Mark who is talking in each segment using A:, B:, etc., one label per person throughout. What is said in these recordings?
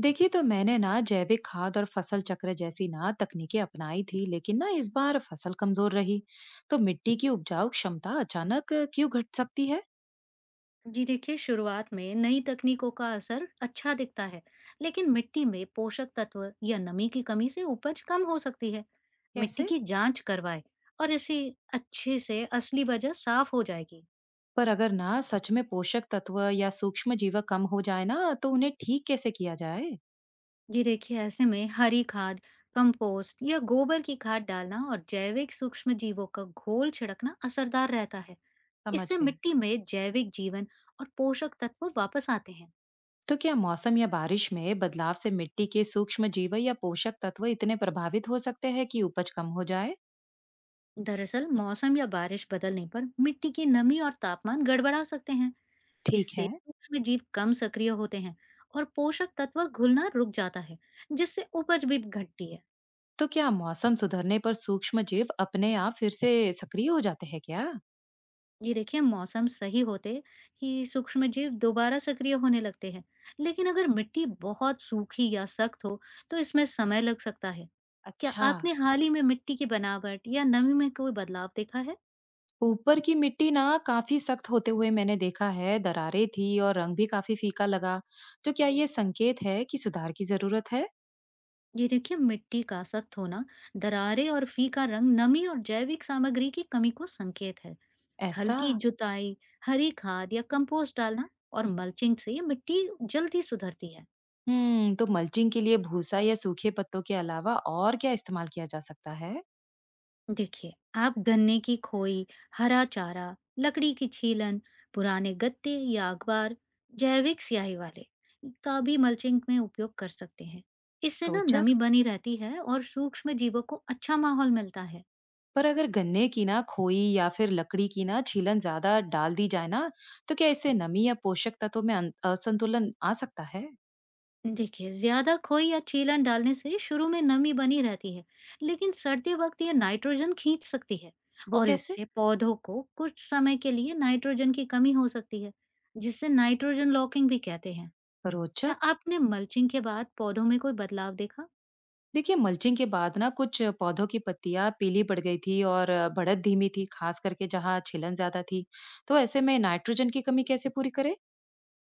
A: देखिए, तो मैंने ना जैविक खाद और फसल चक्र जैसी ना तकनीकें अपनाई थी लेकिन ना इस बार फसल कमजोर रही। तो मिट्टी की उपजाऊ क्षमता अचानक क्यों घट सकती है?
B: जी देखिए, शुरुआत में नई तकनीकों का असर अच्छा दिखता है। लेकिन मिट्टी में पोषक तत्व या नमी की कमी से उपज कम हो सकती है। मिट्टी
A: कैसे?
B: की जांच करवाए और इसे अच्छे से असली वजह साफ हो जाएगी।
A: पर अगर ना सच में पोषक तत्व या सूक्ष्म जीव कम हो जाए ना, तो उन्हें ठीक कैसे किया जाए?
B: जी देखिए, ऐसे में हरी खाद, कंपोस्ट या गोबर की खाद डालना और जैविक सूक्ष्म जीवों का घोल छिड़कना असरदार रहता है।
A: समझ
B: इससे
A: गई।
B: मिट्टी में जैविक जीवन और पोषक तत्व वापस आते हैं।
A: तो क्या मौसम या बारिश में बदलाव से मिट्टी के सूक्ष्म जीव या पोषक तत्व इतने प्रभावित हो सकते हैं कि उपज कम हो जाए?
B: दरअसल मौसम या बारिश बदलने पर मिट्टी की नमी और तापमान गड़बड़ा सकते हैं।
A: ठीक
B: इससे
A: है।
B: सूक्ष्म जीव कम सक्रिय होते हैं और पोषक तत्व घुलना रुक जाता है, जिससे उपज भी घटती है।
A: तो क्या मौसम सुधरने पर सूक्ष्म जीव अपने आप फिर से सक्रिय हो जाते हैं क्या?
B: ये देखिए, मौसम सही होते ही सूक्ष्म जीव दोबारा सक्रिय होने लगते हैं। लेकिन अगर मिट्टी बहुत सूखी या सख्त हो तो इसमें समय लग सकता है। क्या
A: अच्छा,
B: आपने हाल ही में मिट्टी की बनावट या नमी में कोई बदलाव देखा है?
A: ऊपर की मिट्टी ना काफी सख्त होते हुए मैंने देखा है, दरारें थी और रंग भी काफी फीका लगा। तो क्या ये संकेत है कि सुधार की जरूरत है?
B: ये देखिए, मिट्टी का सख्त होना, दरारें और फीका रंग नमी और जैविक सामग्री की कमी को संकेत है।
A: ऐसा?
B: हल्की जुताई, हरी खाद या कंपोस्ट डालना और मल्चिंग से मिट्टी जल्दी सुधरती है।
A: तो मल्चिंग के लिए भूसा या सूखे पत्तों के अलावा और क्या इस्तेमाल किया जा सकता है?
B: देखिए, आप गन्ने की खोई, हरा चारा, लकड़ी की छीलन, पुराने गत्ते या अखबार, जैविक स्याही वाले, का भी मल्चिंग में उपयोग कर सकते हैं। इससे ना
A: रोचक।
B: नमी बनी रहती है और सूक्ष्म जीवों को अच्छा माहौल मिलता है।
A: पर अगर गन्ने की ना खोई या फिर लकड़ी की ना छीलन ज्यादा डाल दी जाए ना, तो क्या इससे नमी या पोषक तत्वों में असंतुलन आ सकता है?
B: देखिए, ज्यादा खोई या चीलन डालने से शुरू में नमी बनी रहती है। लेकिन सर्दी वक्त ये नाइट्रोजन खींच सकती है।
A: वो
B: और
A: कैसे?
B: इससे पौधों को कुछ समय के लिए नाइट्रोजन की कमी हो सकती है, जिसे नाइट्रोजन लॉकिंग भी कहते हैं। क्या
A: रोचक।
B: आपने मल्चिंग के बाद पौधों में कोई बदलाव देखा?
A: देखिए मल्चिंग के बाद ना कुछ पौधों की पत्तियां पीली पड़ गई थी और बढ़त धीमी थी, खास करके जहाँ छिलन ज्यादा थी। तो ऐसे में नाइट्रोजन की कमी कैसे पूरी करे?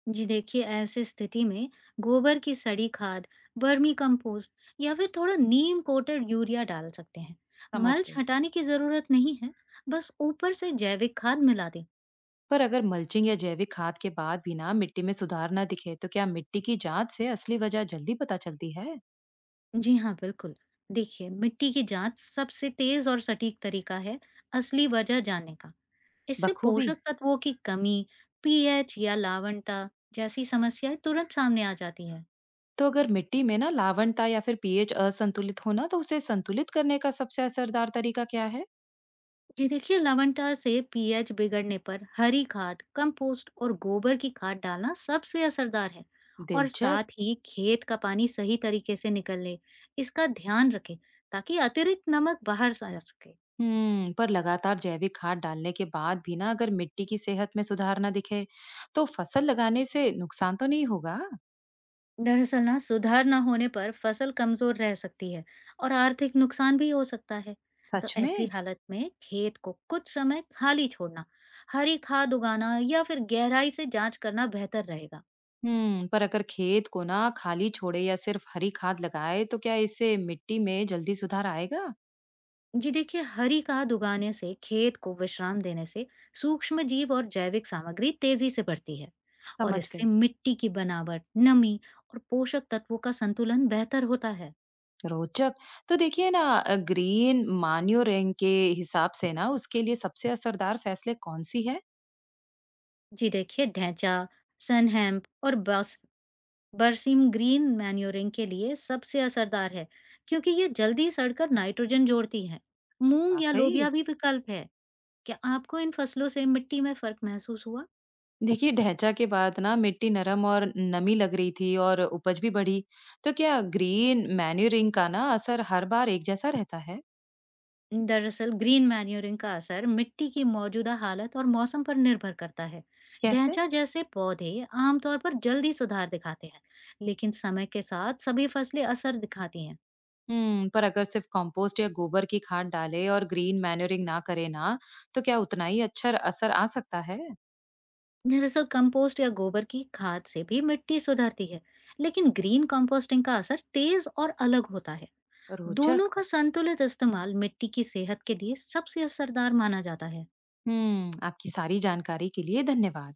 B: जी देखिए, ऐसी स्थिति में गोबर की सड़ी खाद, वर्मी कंपोस्ट या फिर थोड़ा नीम कोटेड यूरिया डाल सकते हैं।
A: समझ
B: मल्च
A: गई।
B: हटाने की जरूरत नहीं है, बस ऊपर से जैविक खाद मिला दें।
A: पर अगर मल्चिंग या जैविक खाद के बाद भी ना मिट्टी में सुधार ना दिखे, तो क्या मिट्टी की जांच से असली वजह जल्दी पता चलती है?
B: जी हाँ, बिल्कुल। देखिए, मिट्टी की जाँच सबसे तेज़ और सटीक तरीका है असली वजह जानने का। इससे
A: बखूबी।
B: पोषक तत्वों की कमी, पीएच या लवणता जैसी समस्याएँ तुरंत सामने आ जाती हैं।
A: तो अगर मिट्टी में ना लावणता या फिर पीएच असंतुलित होना, तो उसे संतुलित करने का सबसे असरदार तरीका क्या है?
B: ये देखिए, लवणता से पीएच बिगड़ने पर हरी खाद, कंपोस्ट और गोबर की खाद डालना सबसे असरदार है। और
A: दिलचस्प।
B: साथ ही खेत का पानी सही तरीके से निकल ले, इसका ध्यान रखें ताकि अतिरिक्त नमक बाहर स आ सके।
A: हम्म, पर लगातार जैविक खाद डालने के बाद भी ना अगर मिट्टी की सेहत में सुधार ना दिखे, तो फसल लगाने से नुकसान तो नहीं होगा?
B: दरअसल ना सुधार न होने पर फसल कमजोर रह सकती है और आर्थिक नुकसान भी हो सकता है। तो
A: सच
B: ऐसी
A: में?
B: हालत में खेत को कुछ समय खाली छोड़ना, हरी खाद उगाना या फिर गहराई से जांच करना बेहतर रहेगा।
A: हम्म, पर अगर खेत को ना खाली छोड़े या सिर्फ हरी खाद लगाए, तो क्या इससे मिट्टी में जल्दी सुधार आएगा?
B: जी देखिए, हरी खाद उगाने से, खेत को विश्राम देने से सूक्ष्म जीव और जैविक सामग्री तेजी से बढ़ती है। और
A: समझ
B: इससे
A: गई।
B: मिट्टी की बनावट, नमी और पोषक तत्वों का संतुलन बेहतर होता है।
A: रोचक। तो देखिए ना ग्रीन मान्योरेंग के हिसाब से ना उसके लिए सबसे असरदार फैसले कौन सी है?
B: जी देखिए, ढैंचा, सनहैम्प और बरसीम ग्रीन मैन्योरिंग के लिए सबसे असरदार है, क्योंकि ये जल्दी सड़कर नाइट्रोजन जोड़ती है। मूंग या
A: वाकई।
B: लोबिया भी विकल्प है। क्या आपको इन फसलों से मिट्टी में फर्क महसूस हुआ?
A: देखिए ढैंचा के बाद ना मिट्टी नरम और नमी लग रही थी और उपज भी बढ़ी। तो क्या ग्रीन मैन्यूरिंग का ना असर हर बार एक जैसा रहता है?
B: दरअसल ग्रीन मैन्योरिंग का असर मिट्टी की मौजूदा हालत और मौसम पर निर्भर करता है।
A: कैसे?
B: ढैंचा जैसे पौधे आमतौर पर जल्दी सुधार दिखाते हैं, लेकिन समय के साथ सभी फसलें असर दिखाती हैं।
A: हम्म, पर अगर सिर्फ कंपोस्ट या गोबर की खाद डाले और ग्रीन मैन्यूरिंग ना करे ना, तो क्या उतना ही अच्छा असर आ सकता है?
B: दरअसल कंपोस्ट या गोबर की खाद से भी मिट्टी सुधरती है, लेकिन ग्रीन कंपोस्टिंग का असर तेज और अलग होता है।
A: रोचक।
B: दोनों का संतुलित इस्तेमाल मिट्टी की सेहत के लिए सबसे असरदार माना जाता है।
A: हम्म, आपकी सारी जानकारी के लिए धन्यवाद।